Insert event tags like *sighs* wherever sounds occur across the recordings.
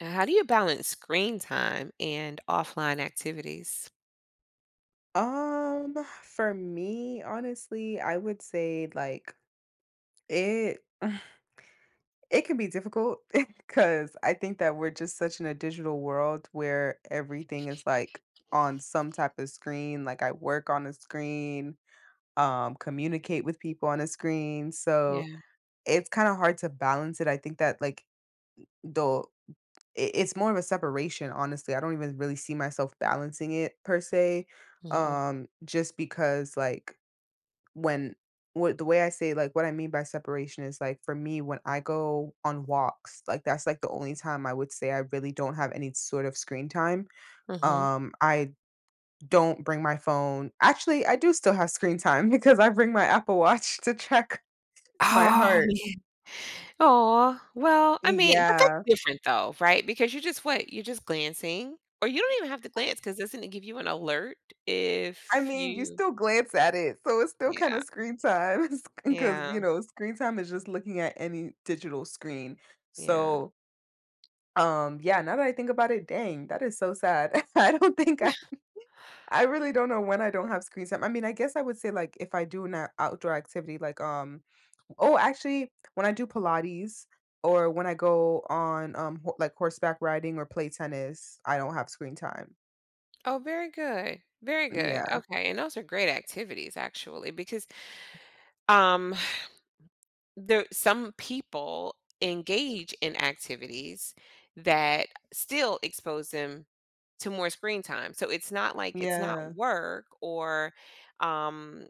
Now, how do you balance screen time and offline activities? Um, for me, honestly, I would say like it *sighs* it can be difficult *laughs* because I think that we're just such in a digital world where everything is like on some type of screen. Like I work on a screen, communicate with people on a screen. So Yeah. it's kind of hard to balance it. I think that like though it's more of a separation, honestly. I don't even really see myself balancing it per se. Mhm. Just because like when what the way I say like what I mean by separation is like for me when I go on walks, like that's like the only time I would say I really don't have any sort of screen time. Mhm. I don't bring my phone. Actually, I do still have screen time *laughs* because I bring my Apple Watch to track *laughs* my Oh, heart. man. Oh, well, I mean, but that's Yeah, different though, right? Because you're just what? You're just glancing, or you don't even have to glance because 'cause doesn't it give you an alert I if mean, you you— still glance at it, so it's still kind Yeah. of screen time *laughs* because, Yeah. Screen time is just looking at any digital screen. Yeah. So yeah, now that I think about it, dang, that is so sad. *laughs* I really don't know when I don't have screen time. I mean, I guess I would say like if I do an outdoor activity like oh, actually when I do Pilates or when I go on like horseback riding or play tennis, I don't have screen time. Oh, very good. Very good. Yeah. Okay, and those are great activities actually because, um there some people engage in activities that still expose them to more screen time. So it's not like it's not Yeah. work, or, um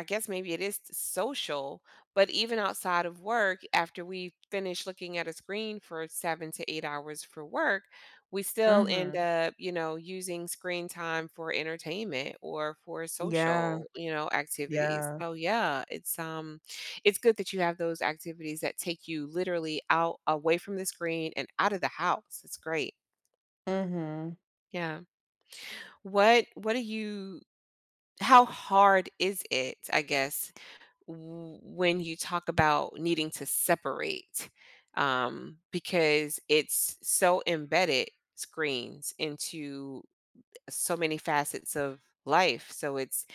I guess maybe it is social, but even outside of work, after we finish looking at a screen for 7 to 8 hours for work, we still end Mhm. up, you know, using screen time for entertainment or for Yeah. social, you know, activities. Yeah. So yeah, it's good that you have those activities that take you literally out away from the screen and out of the house. It's great. Mhm. Yeah. What do you how hard is it, I guess, w- when you talk about needing to separate, because it's so embedded screens into so many facets of life, so it's,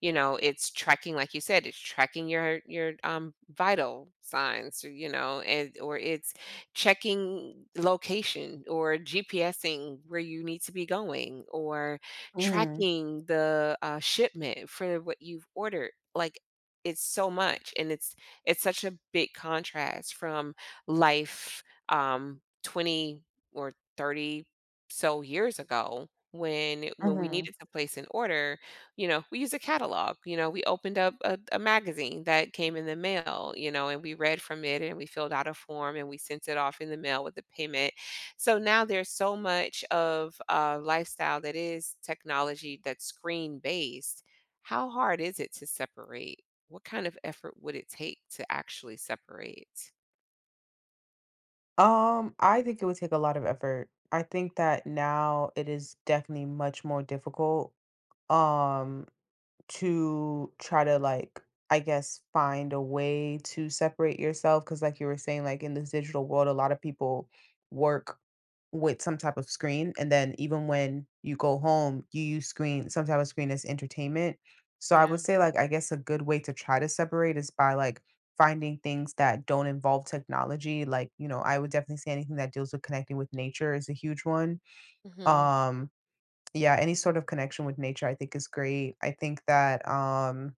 you know, it's tracking, like you said, it's tracking your vital signs, or, you know, and or it's checking location or GPSing where you need to be going or Mhm. tracking the shipment for what you've ordered. Like it's so much, and it's such a big contrast from life, 20 or 30 so years ago when we Mhm. needed to place an order. You know, we use a catalog. You know, we opened up a magazine that came in the mail, you know, and we read from it and we filled out a form and we sent it off in the mail with the payment. So now there's so much of lifestyle that is technology that's screen based. How hard is it to separate? What kind of effort would it take to actually separate? I think it would take a lot of effort. I think that now it is definitely much more difficult um to try to like I guess find a way to separate yourself because like you were saying like in this digital world a lot of people work with some type of screen, and then even when you go home you use screen some type of screen as entertainment. So I would Yeah. say like I guess a good way to try to separate is by like finding things that don't involve technology. Like, I would definitely say anything that deals with connecting with nature is a huge one. Hmm. um yeah, any sort of connection with nature I think is great. I think that,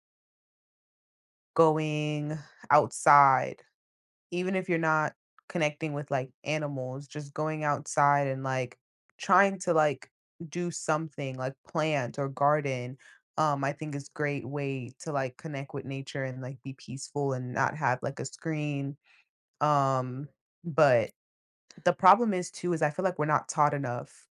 going outside, even if you're not connecting with, like, animals, just going outside and, like, trying to, like, do something, like, plant or garden, I think is great way to, like, connect with nature and, like, be peaceful and not have, like, a screen, um, but the problem is too is I feel like we're not taught enough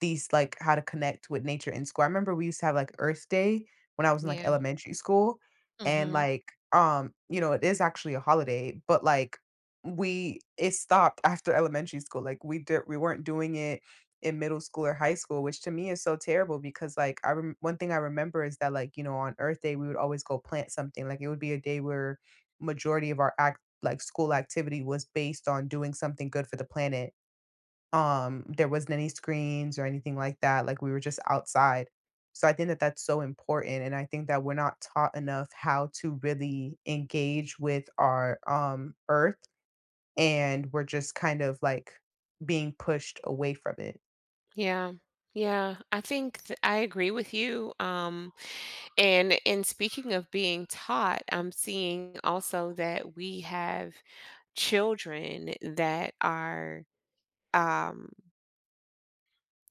these like how to connect with nature in school. I remember we used to have like Earth Day when I was in like Yeah. elementary school, and Hmm. like it is actually a holiday, but like we it stopped after elementary school. Like, we weren't doing it in middle school or high school, which to me is so terrible because like one thing I remember is that like, on Earth Day we would always go plant something. Like, it would be a day where majority of our act like school activity was based on doing something good for the planet. There wasn't any screens or anything like that. Like, we were just outside. So I think that that's so important, and I think that we're not taught enough how to really engage with our, earth, and we're just kind of, like, being pushed away from it. Yeah. Yeah, I think I agree with you. And in speaking of being taught, I'm seeing also that we have children that are, um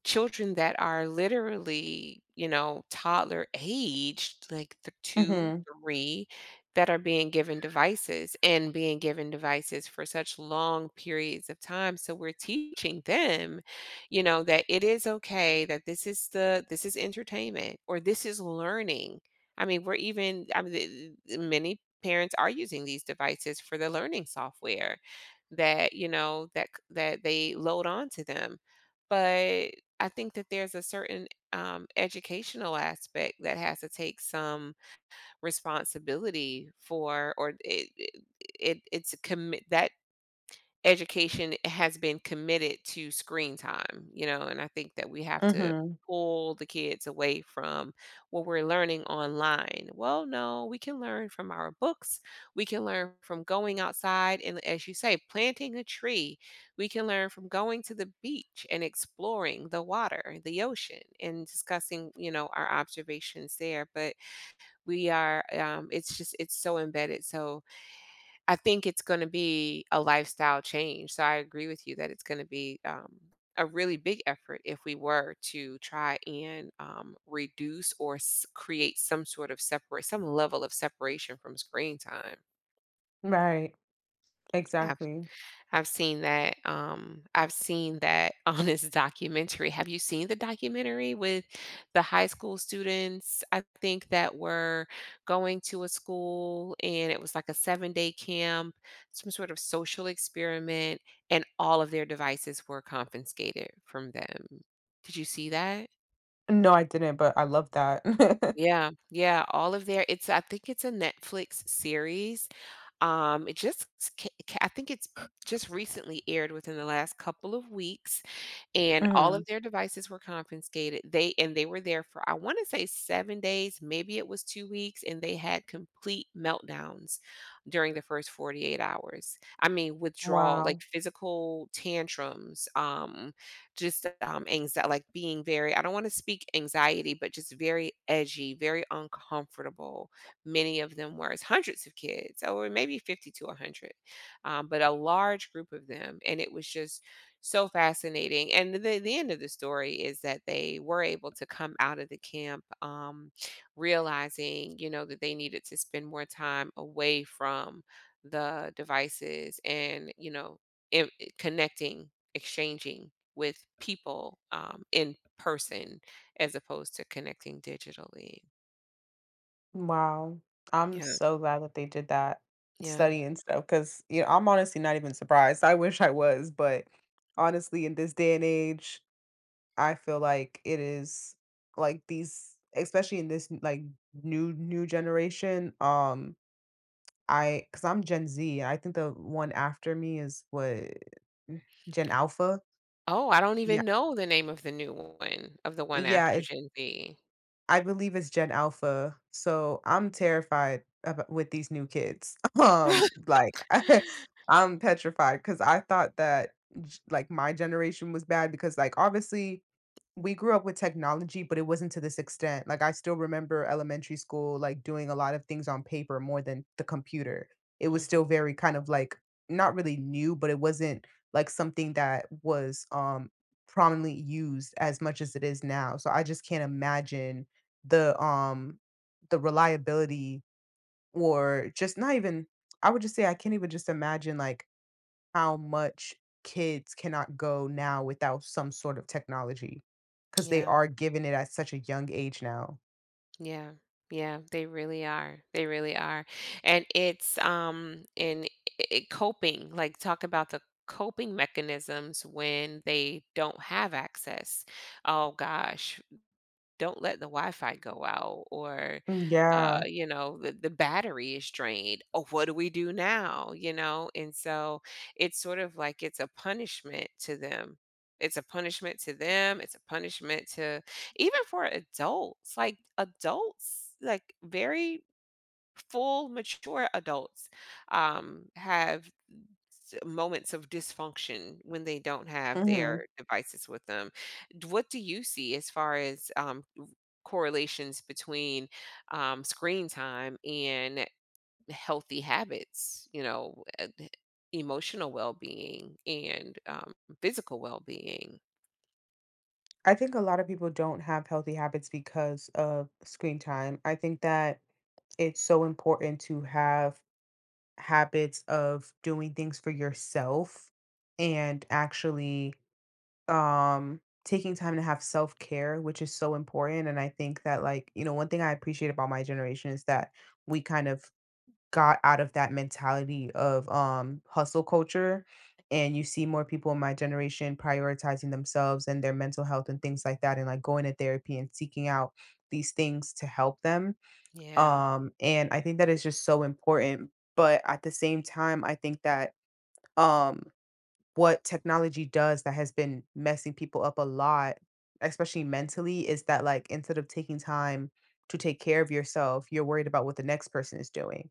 children that are literally, you know, toddler aged, like the two, Mhm, three, that are being given devices and being given devices for such long periods of time. So we're teaching them, you know, that it is okay, that this is the— this is entertainment or this is learning. I mean, we're even— I mean, many parents are using these devices for the learning software that, you know, that they load onto them. But I think that there's a certain, educational aspect that has to take some responsibility for, or it's a commit that education has been committed to screen time, you know, and I think that we have to mhm, pull the kids away from what we're learning online. Well, no, we can learn from our books. We can learn from going outside and, as you say, planting a tree. We can learn from going to the beach and exploring the water, the ocean and discussing, you know, our observations there, but we are, it's just it's so embedded. So I think it's gonna be a lifestyle change, so I agree with you that it's gonna be, a really big effort if we were to try and, reduce or s create some sort of separate, some level of separation from screen time. right, exactly. I've seen that *laughs* on this documentary. Have you seen the documentary with the high school students, I think, that were going to a school, and it was like a 7-day camp, some sort of social experiment, and all of their devices were confiscated from them. Did you see that? No, I didn't, but I love that. *laughs* Yeah, yeah, all of their— it's, I think it's a Netflix series. It just ca ca I think it's just recently aired within the last couple of weeks. And all of Mhm. their devices were confiscated. They— and they were there for, I want to say, 7 days, maybe it was 2 weeks, and they had complete meltdowns during the first 48 hours. I mean, withdrawal, Wow. like physical tantrums, just anxiety, like being very— I don't want to speak anxiety, but just very edgy, very uncomfortable. Many of them were— it's hundreds of kids, or maybe 50 to 100. But a large group of them, and it was just so fascinating, and the end of the story is that they were able to come out of the camp, realizing, you know, that they needed to spend more time away from the devices and, you know, I connecting, exchanging with people, in person as opposed to connecting digitally. Wow. I'm Yeah, so glad that they did that yeah. study and stuff. Because I'm honestly not even surprised. I wish I was, but honestly, in this day and age, I feel like it is like these especially in this like new generation, I because I'm Gen Z. I 'Cause I'm Gen Z, I think the one after me is what, Gen Alpha? Oh, I don't Yeah. even know the name of the new one, of the one Yeah, after it's Gen Z. I believe it's Gen Alpha, so I'm terrified abo with these new kids. *laughs* Like, *laughs* I'm petrified because I thought that j like, my generation was bad because, like, obviously, we grew up with technology, but it wasn't to this extent. Like, I still remember elementary school, like, doing a lot of things on paper more than the computer. It was Mhm. still very kind of, like, not really new, but it wasn't, like, something that was, prominently used as much as it is now, so I just can't imagine the um the reliability or just not even I would just say I can't even just imagine like how much kids cannot go now without some sort of technology because they Yeah. are given it at such a young age now. Yeah. Yeah, they really are. They really are. And it's in it, coping, like talk about the coping mechanisms when they don't have access. Oh gosh, don't let the Wi-Fi go out, or, Mm, yeah. you know, the battery is drained. Oh, what do we do now? You know, and so it's sort of like it's a punishment to them. It's a punishment to them. It's a punishment to— even for adults, like very full, mature adults, have moments of dysfunction when they don't have Hmm. their devices with them. What do you see as far as, correlations between, screen time and healthy habits? You know, emotional well being and, physical well being. I think a lot of people don't have healthy habits because of screen time. I think that it's so important to have habits of doing things for yourself and actually taking time to have self-care, which is so important. And I think that like, one thing I appreciate about my generation is that we kind of got out of that mentality of hustle culture, and you see more people in my generation prioritizing themselves and their mental health and things like that, and like going to therapy and seeking out these things to help them. Yeah, And I think that is just so important. But at the same time I think that um what technology does that has been messing people up a lot, especially mentally, is that like instead of taking time to take care of yourself, you're worried about what the next person is doing.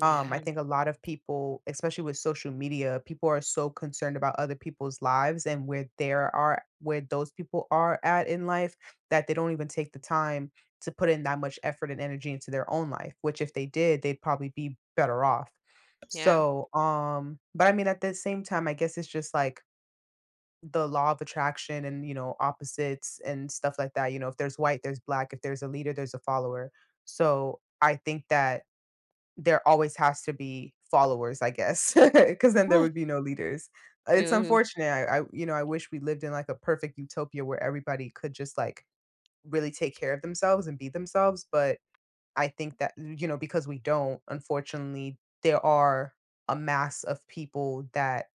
I think a lot of people, especially with social media, people are so concerned about other people's lives and where those people are at in life that they don't even take the time to put in that much effort and energy into their own life, which if they did, they'd probably be better off. yeah. So, but I mean at the same time, I guess it's just like the law of attraction and opposites and stuff like that. If there's white, there's black. If there's a leader, there's a follower. So I think that there always has to be followers, I guess, *laughs* because then there Mm. would be no leaders. It's Mm, unfortunate, I I wish we lived in, like, a perfect utopia where everybody could just, like, really take care of themselves and be themselves, but I think that, because we don't, unfortunately, there are a mass of people that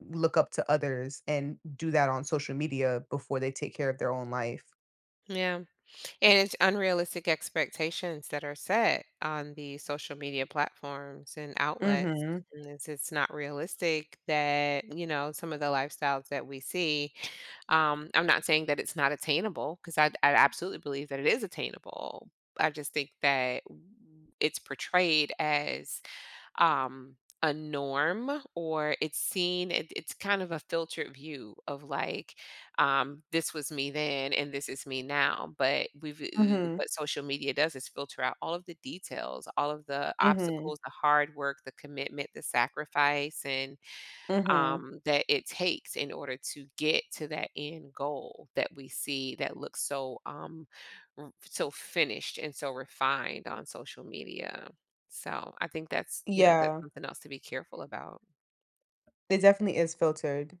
look up to others and do that on social media before they take care of their own life. yeah. And it's unrealistic expectations that are set on the social media platforms and outlets. Mhm. And it's not realistic that, you know, some of the lifestyles that we see. I'm not saying that it's not attainable because I absolutely believe that it is attainable. I just think that it's portrayed as, um a norm, or it's seen— it, it's kind of a filtered view of like, this was me then and this is me now, but we've Mhm. what social media does is filter out all of the details, all of the Mhm. obstacles, the hard work, the commitment, the sacrifice, and, Mhm. That it takes in order to get to that end goal that we see, that looks so, so finished and so refined on social media. So I think that's, you know, that's Yeah. something else to be careful about. It definitely is filtered,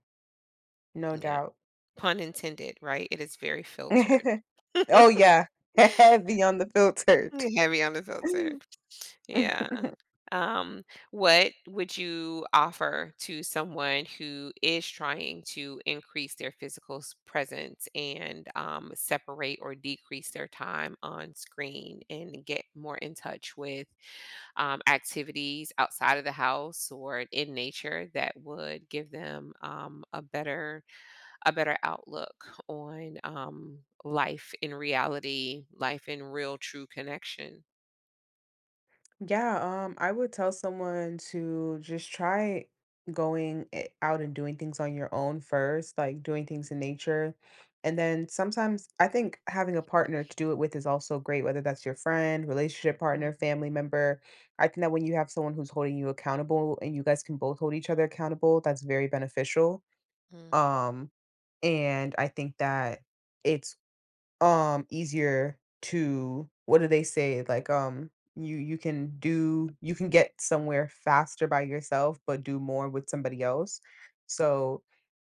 no Yeah, doubt. pun intended, right? It is very filtered, *laughs* Oh, yeah. *laughs* *laughs* Heavy on the filtered. heavy on the filter. Yeah. *laughs* Um, what would you offer to someone who is trying to increase their physical presence and, separate or decrease their time on screen and get more in touch with, activities outside of the house or in nature that would give them, a better— a better outlook on, life in reality, life in real true connection? Yeah, I would tell someone to just try going out and doing things on your own first, like doing things in nature. And then sometimes I think having a partner to do it with is also great, whether that's your friend, relationship Yeah. partner, family member. I think that when you have someone who's holding you accountable and you guys can both hold each other accountable, that's very beneficial. Mm. Um, and I think that it's easier to what do they say like you can do you can get somewhere faster by yourself but do more with somebody else. So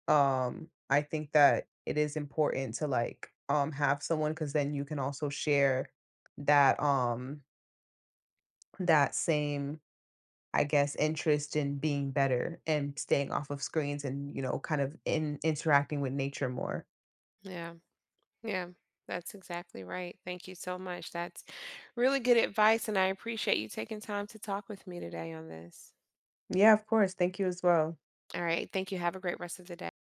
I think that it is important to like have someone, because then you can also share that that same I guess interest in being better and staying off of screens, and kind of in interacting with nature more. Yeah. Yeah, that's exactly right. Thank you so much. That's really good advice, and I appreciate you taking time to talk with me today on this. Yeah, of course, thank you as well. All right. Thank you. Have a great rest of the day.